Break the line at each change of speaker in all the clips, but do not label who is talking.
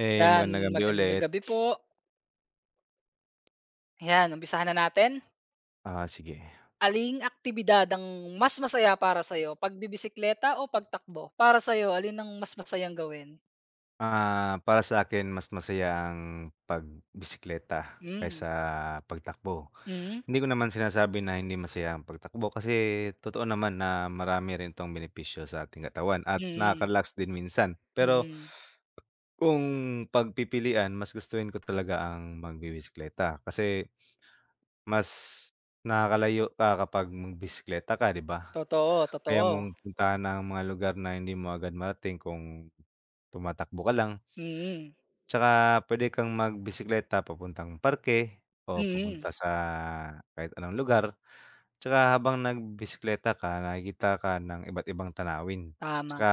Eh,
Yan,
magandang gabi
magandang
ulit.
gabi po. Ayan, umpisahan na natin.
Ah, sige.
Aling aktibidad ang mas masaya para sa'yo, pagbibisikleta o pagtakbo? Para sa'yo, alin ang mas masayang gawin?
Ah, para sa akin mas masaya ang pagbisikleta
Hmm,
kaysa pagtakbo.
mm,
Hindi ko naman sinasabi na hindi masaya ang pagtakbo kasi totoo naman na marami rin itong benepisyo sa ating katawan at
mm,
nakaka-relax din minsan. Pero
mm.
kung pagpipilian, mas gustuhin ko talaga ang magbibisikleta kasi mas nakakalayo ka kapag magbisikleta ka, 'di ba?
Totoo,
Kaya
totoo.
mong puntahan ang mga lugar na hindi mo agad marating kung tumatakbo ka lang.
Mm,
Tsaka puwede kang magbisikleta papuntang parke o papunta
mm.
sa kahit anong lugar. Tsaka habang nagbisikleta ka nakikita ka ng iba't ibang tanawin.
Tama,
Tsaka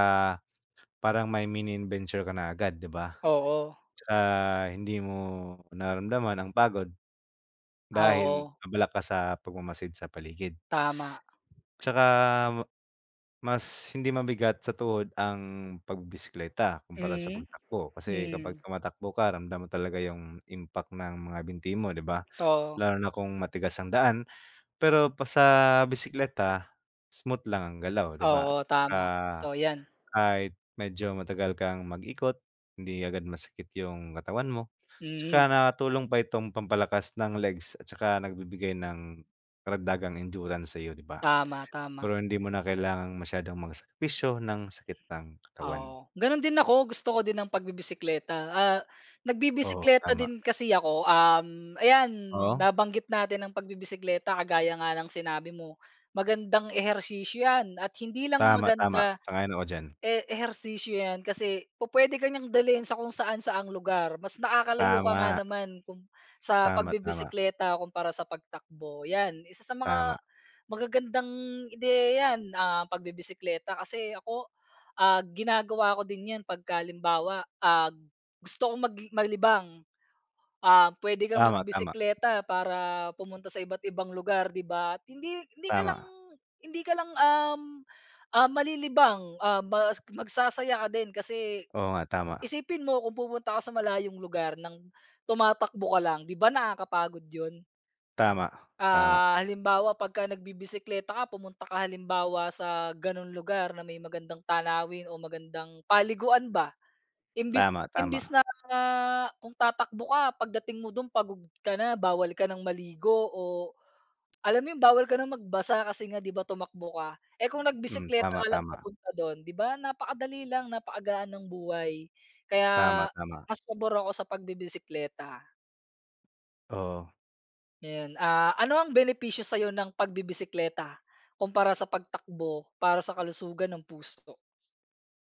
parang may mini adventure ka na agad, 'di ba?
oo,
Tsaka hindi mo nararamdaman ang pagod dahil
oo,
abala ka sa pagmamasid sa paligid.
tama.
Tsaka mas hindi mabigat sa tuhod ang pagbibisikleta kumpara sa
Mm,
pagtakbo. Kasi kapag
mm.
tumatakbo ka ramdam mo talaga yung impact ng mga binti mo, 'di ba?
Oo,
Lalo na kung matigas ang daan. Pero pa sa bisikleta, smooth lang ang galaw, 'di ba?
oo,
Tsaka
tama. Totoo yan.
kahit medyo matagal kang mag-ikot, hindi agad masakit yung katawan mo. Tsaka
Mm,
nakatulong pa itong pampalakas ng legs at tsaka nagbibigay ng karagdagang endurance sa iyo, 'di ba?
tama, tama.
Pero hindi mo na kailangang masyadong magsakripisyo ng sakit ng katawan.
Oo, gano'n din ako gusto ko din ng pagbibisikleta,
Oo,
nagbibisikleta
tama.
din kasi ako, ayan
Oo,
nabanggit natin ang pagbibisikleta kagaya nga ng sinabi mo, magandang ehersisyo 'yan at hindi lang
tama, tama,
maganda
sang-ayon ako diyan.
eh, ehersisyo 'yan kasi pupuwede ka niyang dalhin sa kung saan-saang lugar, mas nakakalayo ka nga
Tama,
naman kung sa
tama, tama,
pagbibisikleta kumpara sa pagtakbo, 'yan isa sa mga
tama,
magagandang ideya 'yan, pagbibisikleta kasi ako, ginagawa ko din 'yan pagka halimbawa, gusto kong maglibang. Ah, puwede kang
tama, tama,
magbisikleta para pumunta sa iba't ibang lugar, 'di ba? At hindi hindi ka lang
tama.
hindi ka lang, um, malilibang, mas magsasaya ka din kasi
Oo nga, tama,
isipin mo kung pupunta ka sa malayong lugar ng tumatakbo ka lang, 'di ba nakakapagod 'yun?
tama, tama,
Ah, halimbawa pagka nagbibisikleta ka pumunta ka halimbawa sa gano'ng lugar na may magandang tanawin o magandang paliguan ba, Imbis
tama,
imbis
tama,
na kung tatakbo ka pagdating mo dun pagod ka na, bawal ka ng maligo o alam mo yun, bawal ka ng magbasa kasi nga 'di ba tumakbo ka. Eh, kung
hmm,
nagbisikleta
tama,
ka lang
tama,
papunta dun, 'di ba napakadali lang, napakagaan ng buhay. Kaya
tama, tama,
mas pabor ako sa pagbibisekleta,
oo.
ayan. Ah, ano ang benepisyo sa'yo ng pagbibisekleta kumpara sa pagtakbo para sa kalusugan ng puso?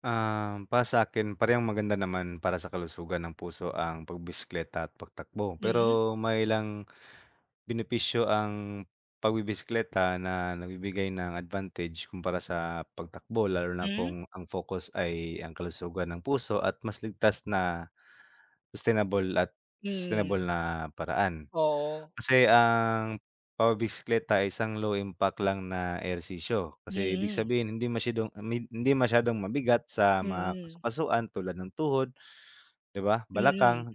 Para sa akin parehong maganda naman para sa kalusugan ng puso ang pagbisikleta at pagtakbo,
Mm,
pero may ilang benepisyo ang pagbibisekleta na nagbibigay ng advantage kumpara sa pagtakbo lalo na
hmm,
kung ang focus ay ang kalusugan ng puso at mas ligtas na sustainable at sustainable
mm.
na paraan.
Oo.
Kasi ang pagbibisekleta ay isang low impact lang na ehersisyo. Kasi ibig
Mm,
sabihin hindi masyadong mabigat sa mga
mm.
kasukasuan tulad ng tuhod, 'di ba,
Mm.
balakang,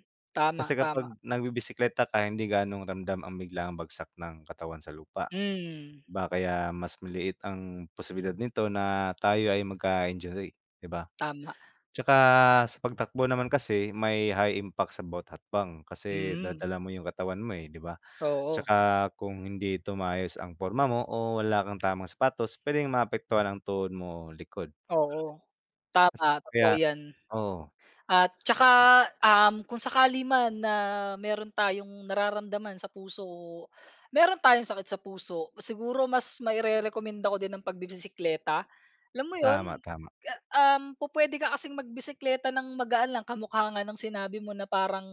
kasi
Tama, tama.
kapag nagbibisikleta ka hindi ganong ramdam ang biglaang bagsak ng katawan sa lupa.
Hmm,
Ba kaya mas maliit ang posibilidad nito na tayo ay magka-injury, 'di ba?
tama.
Tsaka sa pagtakbo naman kasi may high impact sa bawat hakbang kasi
Hmm,
dadala mo yung katawan mo, eh, 'di ba?
oo,
Tsaka kung hindi ito ang porma mo o wala kang tamang sapatos, puwedeng maapektuhan ang tuhod mo likod.
oo. Tama,
Kaya
totoo 'yan.
oo,
At tsaka, kung sakali man na meron tayong nararamdaman sa puso, meron tayong sakit sa puso, siguro mas mairerekomenda ko din ng pagbibisikleta. Alam mo 'yun,
tama, tama,
ga pupuwede ka kasing magbisikleta ng magaan lang, kamukha nga ng sinabi mo na parang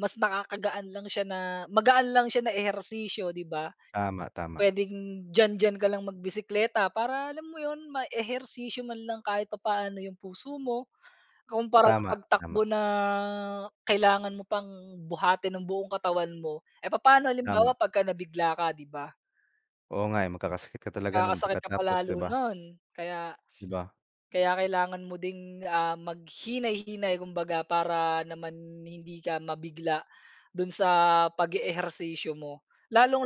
mas nakakagaan lang siya na magaan lang siya na ehersisyo, 'di ba?
tama, tama,
Puwedeng diyan-diyan ka lang magbisikleta para alam mo 'yun, maehersisyo man lang kahit papaano 'yung puso mo, kumpara sa
tama, tama,
pagtakbo na kailangan mo pang buhatin ang buong katawan mo. Eh, papaano
tama.
halimbawa pagka nabigla ka, 'di ba?
Oo nga, eh, magkakasakit ka talaga nun
Pagkakasakit ka pa
pagkatapos, 'di
lalo
ba?
nun, kaya
'Di ba?
kaya kailangan mo ding, maghinay-hinay kumbaga para naman hindi ka mabigla do'n sa pag-eehersisyo mo,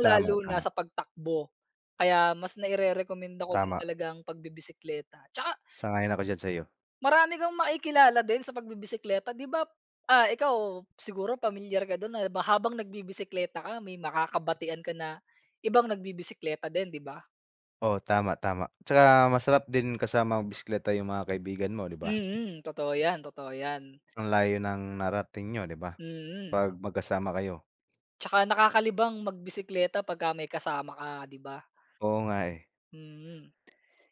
Tama,
na
tama,
sa pagtakbo. Kaya mas nairerekomenda ko din
tama.
talaga ang pagbibisikleta. 'Tsaka
Sang-ayon ako diyan sa'yo.
marami kang makikilala din sa pagbibisikleta, 'di ba, ikaw siguro pamilyar ka do'n na ba habang nagbibisikleta ka may makakabatian ka na ibang nagbibisikleta din, 'di ba?
Oo, tama, tama. Tsaka masarap din kasama magbisekleta yung mga kaibigan mo, 'di ba?
Mm, totoo 'yan, totoo 'yan.
Ang layo ng narating niyo, 'di ba,
Mm.
'pag magkasama kayo.
Tsaka nakakalibang magbisikleta pagka may kasama ka, 'di ba?
Oo nga, eh.
Mm.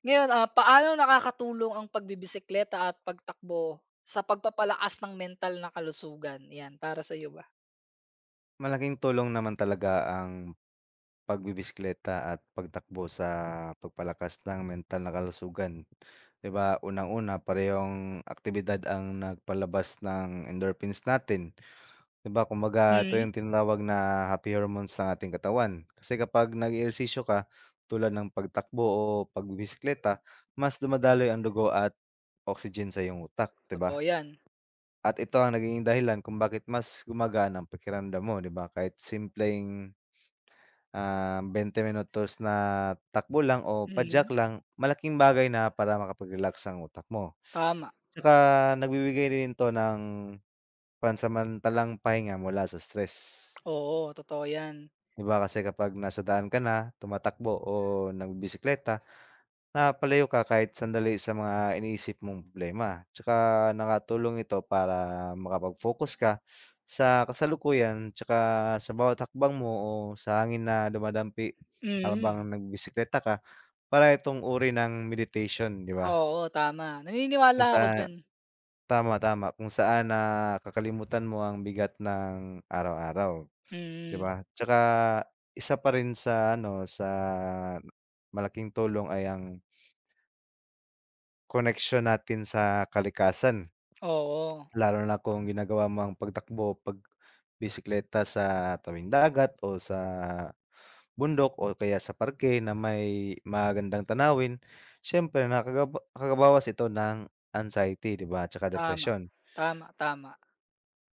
Ngayon, paano nakakatulong ang pagbibisikleta at pagtakbo sa pagpapalakas ng mental na kalusugan? 'Yan, para sa'yo ba?
Malaking tulong naman talaga ang pagbibisekleta at pagtakbo sa pagpalakas ng mental na kalusugan. 'Di ba, unang-una parehong aktibidad ang nagpalabas ng endorphins natin. 'Di ba kumbaga ito
Mm,
yung tinatawag na happy hormones ng ating katawan. Kasi kapag nag-ehersisyo ka tulad ng pagtakbo o pagbibisikleta, mas dumadaloy ang dugo at oxygen sa iyong utak, 'di ba?
totoo 'yan.
At ito ang naging dahilan kung bakit mas gumagaan ang pakiramdam mo, 'di ba? Kahit simpleng, 20 minutos na takbo lang o padjak
Mm,
lang, malaking bagay na para makapag-relax ang utak mo.
tama.
Tsaka nagbibigay din ito ng pansamantalang pahinga mula sa stress.
Oo, totoo 'yan.
'Di ba kasi kapag nasa daan ka na, tumatakbo o nagbibisekleta, napapalayo ka kahit sandali sa mga iniisip mong problema. Tsaka nakatulong ito para makapag-focus ka sa kasalukuyan tsaka sa bawat hakbang mo o sa hangin na dumadampi habang
Mm,
nagbisekleta ka. Para itong uri ng meditation, 'di ba?
oo, tama.
Kung
Naniniwala ako
saan
diyan.
tama, tama, kung saan na kakalimutan mo ang bigat ng araw-araw. 'Di
Mm,
ba? Tsaka isa pa rin sa ano, sa malaking tulong ay ang koneksyon natin sa kalikasan.
oo,
Lalo na kung ginagawa mo ang pagtakbo, pagbisikleta sa tabing dagat o sa bundok o kaya sa parke na may magandang tanawin, siyempre nakakabawas ito ng anxiety, 'di ba, tsaka
tama.
depresyon.
Tama, tama.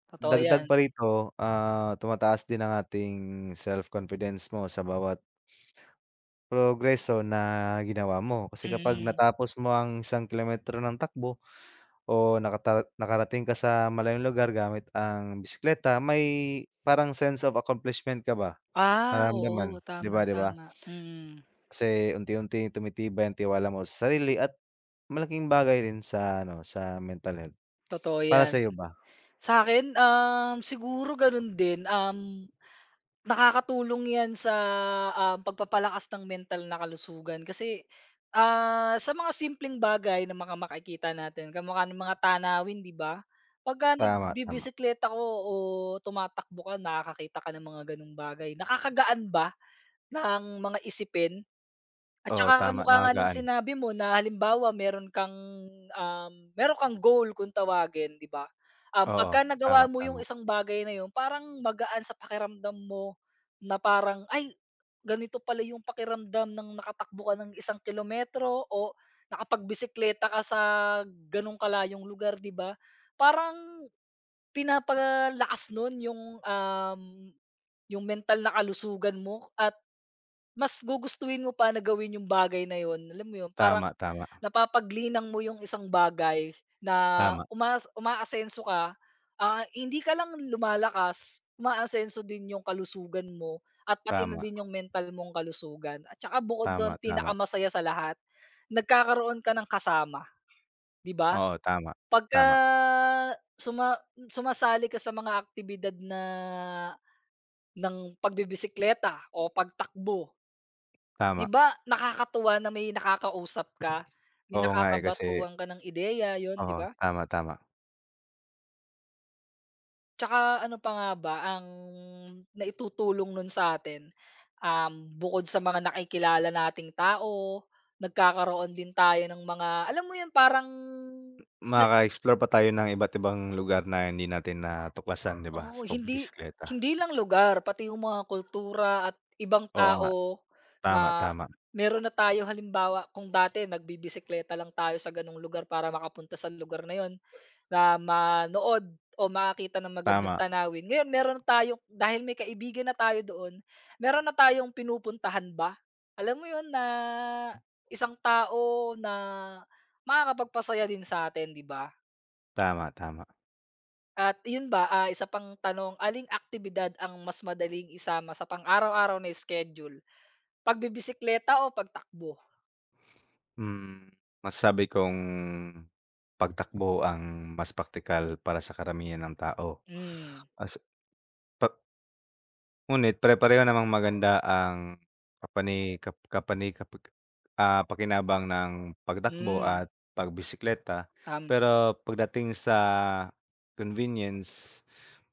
Totoo 'yan.
Dagdag pa rito, tumataas din ang ating self confidence mo sa bawat progreso na ginawa mo. Kasi kapag
Mm.
natapos mo ang isang kilometro ng takbo o nakarating ka sa malayong lugar gamit ang bisikleta, may parang sense of accomplishment ka ba
Ah, oo,
nararamdaman, 'di
tama,
ba, 'di ba?
tama. Mm,
Kasi unti unti tumitibay ang tiwala mo sa sarili at malaking bagay din sa ano, sa mental health.
totoo
Para
'yan.
sa iyo ba?
Sa'kin, siguro gano'n din, nakakatulong 'yan sa, pagpapalakas ng mental na kalusugan kasi, sa mga simpleng bagay na mga makikita natin kamukha ng mga tanawin, 'di ba? Pagka
Tama, tama.
nagbibisikleta ka o tumatakbo ka nakakakita ka ng mga gano'ng bagay, nakakagaan ba ng mga isipin. At
Oo,
saka
tama,
kamukha nga ng
nakagaan.
sinabi mo na halimbawa meron kang goal kung tawagin, 'di ba?
Oo,
Pagka
tama,
nagawa mo yung
tama.
isang bagay na yun parang magaan sa pakiramdam mo na parang, "Ay, ganito pala yung pakiramdam ng nakatakbo ka ng 1 kilometro o nakapagbisikleta ka sa ganong kalayong lugar." 'Di ba? Parang pinapalakas nun yung mental na kalusugan mo at mas gugustuhin mo pa na gawin yung bagay na yun, alam mo yun, parang
Tama, tama.
napapaglinang mo yung isang bagay na
Tama,
umaasenso ka, hindi ka lang lumalakas, umaasenso din yung kalusugan mo at pati na
tama.
din yung mental mong kalusugan at saka bukod
Tama,
dun
tama.
pinakamasaya sa lahat, nagkakaroon ka ng kasama, 'di ba?
Oo, tama,
Pagka
tama,
suma sumasali ka sa mga aktibidad na ng pagbibisikleta o pagtakbo. 'Di
tama.
ba nakakatuwa na may nakakausap ka, may
Oo nga, eh, kasi
nakakabatuhan ka ng ideya, 'yun 'di
oo,
ba?
tama, tama.
Tsaka ano pa nga ba ang naitutulong nun sa'tin, bukod sa mga nakikilala nating tao, nagkakaroon din tayo ng mga alam mo 'yun parang na
Makaka-explore pa tayo ng iba't ibang lugar na hindi natin natuklasan, 'di ba, sa
oo, hindi
pagbibisikleta.
hindi lang lugar pati yung mga kultura at ibang
Oo nga,
tao
tama,
na
tama,
meron na tayo halimbawa kung dati nagbibisikleta lang tayo sa gano'ng lugar para makapunta sa lugar na 'yun, na manood o makakita ng magandang
tama,
tanawin. Ngayon meron na tayong dahil may kaibigan na tayo doon, meron na tayong pinupuntahan ba. Alam mo 'yun na isang tao na makakapagpasaya din sa'tin, 'di ba?
tama, tama.
At 'yun ba, isa pang tanong, aling aktibidad ang mas madaling isama sa pang-araw-araw na schedule, pagbibisikleta o pagtakbo?
Hmm, Masasabi kong pagtakbo ang mas praktikal para sa karamihan ng tao.
Hmm,
As pa Ngunit pare-pareho namang maganda ang kapani kap kapani kapag ah, pakinabang ng pagtakbo
hmm,
at pagbisikleta.
tama,
Pero pagdating sa convenience,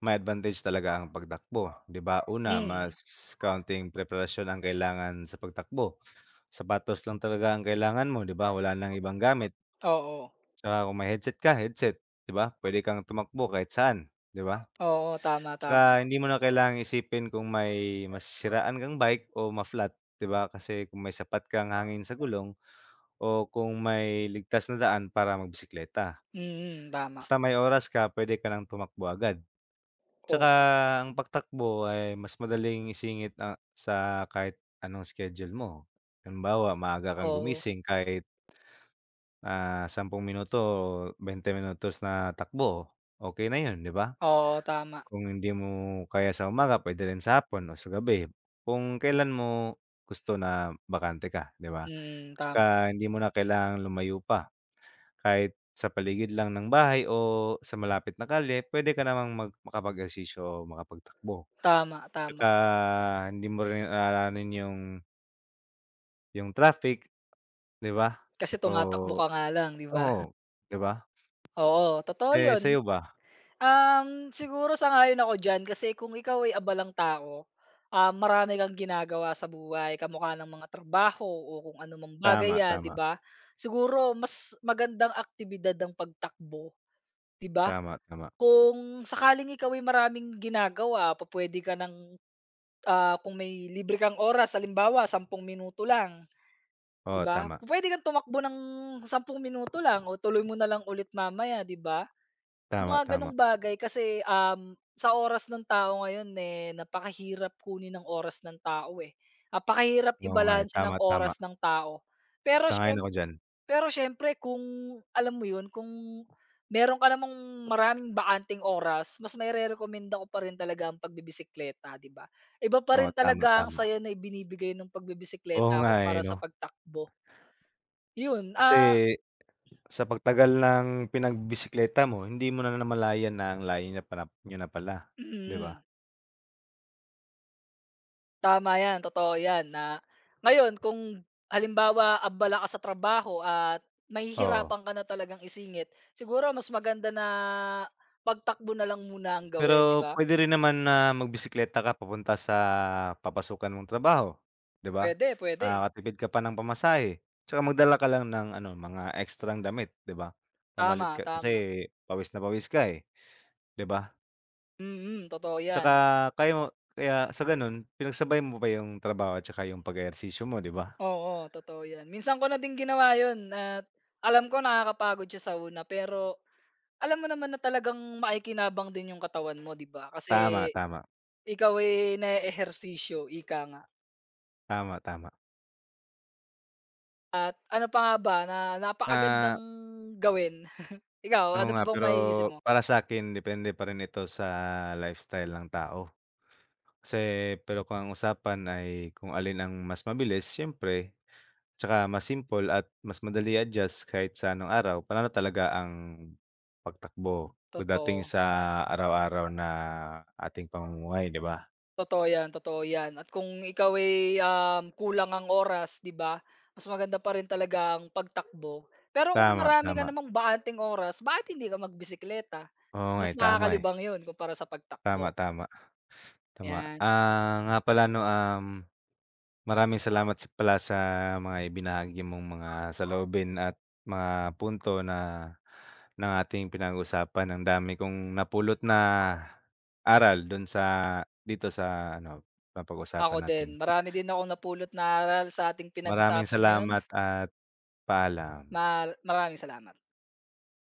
may advantage talaga ang pagtakbo, 'di ba? Una,
hmm,
mas counting preparasyon ang kailangan sa pagtakbo. Sapatos lang talaga ang kailangan mo, 'di ba? Wala ng ibang gamit.
oo,
Tsaka kung may headset ka, headset, 'di ba? Puwede kang tumakbo kahit saan, 'di ba?
oo, tama, tama,
Tsaka hindi mo na kailangang isipin kung may masisiraan kang bike o ma-flat, 'di ba? Kasi kung may sapat kang hangin sa gulong o kung may ligtas na daan para magbisikleta.
mm, tama,
Basta may oras ka, puwede ka ng tumakbo agad.
oo,
Tsaka ang pagtakbo ay mas madaling isingit, sa kahit anong schedule mo. Halimbawa, maaga kang
oo.
gumising kahit 10 minuto o 20 minutos na takbo, okey na yun, 'di ba?
Oo, tama.
Kung hindi mo kaya sa umaga puwede rin sa hapon o sa gabi, kung kailan mo gusto na bakante ka, 'di ba?
Mm, tama,
Tsaka hindi mo na kailangang lumayo pa, kahit sa paligid lang ng bahay o sa malapit na kalye puwede ka namang makapag-ehersisyo o makapagtakbo.
tama, tama.
Tsaka hindi mo rin aalanin yung traffic, 'di ba?
Kasi
O
tumatakbo ka nga lang, 'di ba?
oo, 'di ba?
Oo, totoo
Eh,
'yun.
sa'yo ba?
Siguro sang-ayon ako diyan kasi kung ikaw ay abalang tao, marami kang ginagawa sa buhay kamukha ng mga trabaho o kung ano anumang bagay
Tama,
'yan, 'di
tama.
ba? Siguro mas magandang aktibidad ang pagtakbo, 'di ba?
Tama, tama.
Kung sakaling ikaw ay maraming ginagawa, pupuwede ka ng, kung may libre kang oras halimbawa, 10 minuto lang. 'Di
Oo,
ba?
tama.
Puwede kang tumakbo ng 10 minuto lang o tuloy mo na lang ulit mamaya, 'di ba? Yung
Tama,
mga
tama.
gano'ng bagay kasi, sa oras ng tao ngayon, eh, napakahirap kunin ng oras ng tao, eh. Napakahirap
Oo nga, eh.
ibalanse
Tama,
ng
tama.
oras ng tao. Pero
Sang-ayon
siyem
ako diyan.
pero siyempre kung alam mo 'yun, kung meron ka namang maraming bakanteng oras, mas mairerekomenda ko pa rin talaga ang pagbibisikleta, 'di ba? Iba pa
Oo,
rin
tama,
talaga ang
tama.
saya na ibinibigay nung
Oo
pagbibisikleta
nga, eh,
kumpara
'no?
sa pagtakbo. Yun,
Kasi sa pagtagal ng pinagbisikleta mo, hindi mo na namalayan na ang layo niya pala, niyo na pala, 'di ba?
mm. Tama yan, totoo yan na ngayon kung halimbawa abala ka sa trabaho at
Oo.
mahihirapan ka na talagang isingit, siguro mas maganda na pagtakbo na lang muna ang gawin, 'di
Pero
ba?
puwede rin naman na magbisikleta ka papunta sa papasukan mong trabaho, 'di ba?
Pwede, pwede.
Makakatipid ka pa ng pamasahe, tsaka magdala ka lang ng ano, mga ekstrang damit, 'di ba? Pamalit
Tama,
ka
tama.
kasi pawis na pawis ka, eh, 'di ba?
Mm, totoo yan.
Tsaka kaya mo kaya sa gano'n pinagsabay mo pa yung trabaho at saka yung pag-ehersisyo mo, 'di ba?
Oo, totoo yan. Minsan ko na din ginawa yun at alam ko nakakapagod siya sa una pero alam mo naman na talagang maikinabang din yung katawan mo, 'di ba? Kasi
Tama, tama,
ikaw, eh, naeehersisyo, ika nga.
tama, tama.
At ano pa nga ba na
Ah,
napakagandang gawin. Ikaw,
oo
ano pa
nga,
bang
pero
maiisip mo?
para sa'kin depende pa rin ito sa lifestyle ng tao. Kasi pero kung ang usapan ay kung alin ang mas mabilis, siyempre tsaka mas simple at mas madali i-adjust kahit sa anong araw, panalo talaga ang pagtakbo pagdating
Totoo,
sa araw-araw na ating pamumuhay, 'di ba?
totoo 'yan at kung ikaw ay, kulang ang oras 'di ba, mas maganda pa rin talaga ang pagtakbo. Pero kung
Tama,
marami ka
tama.
namang baanting oras, bakit hindi ka magbisikleta?
Oo nga,
Mas
eh.
nakakalibang 'yun kumpara sa pagtakbo,
Tama, tama. Tama.
'yan.
Ah, nga pala 'no, maraming salamat sa pala sa mga ibinahagi mong mga saloobin at mga punto na ng ating pinag-usapan. Ang dami kong napulot na aral do'n sa dito sa ano,
Ako
napag-usapan natin.
din, marami din akong napulot na aral sa ating
Maraming
pinag-usapan ngayon.
salamat at paalam.
Maraming salamat.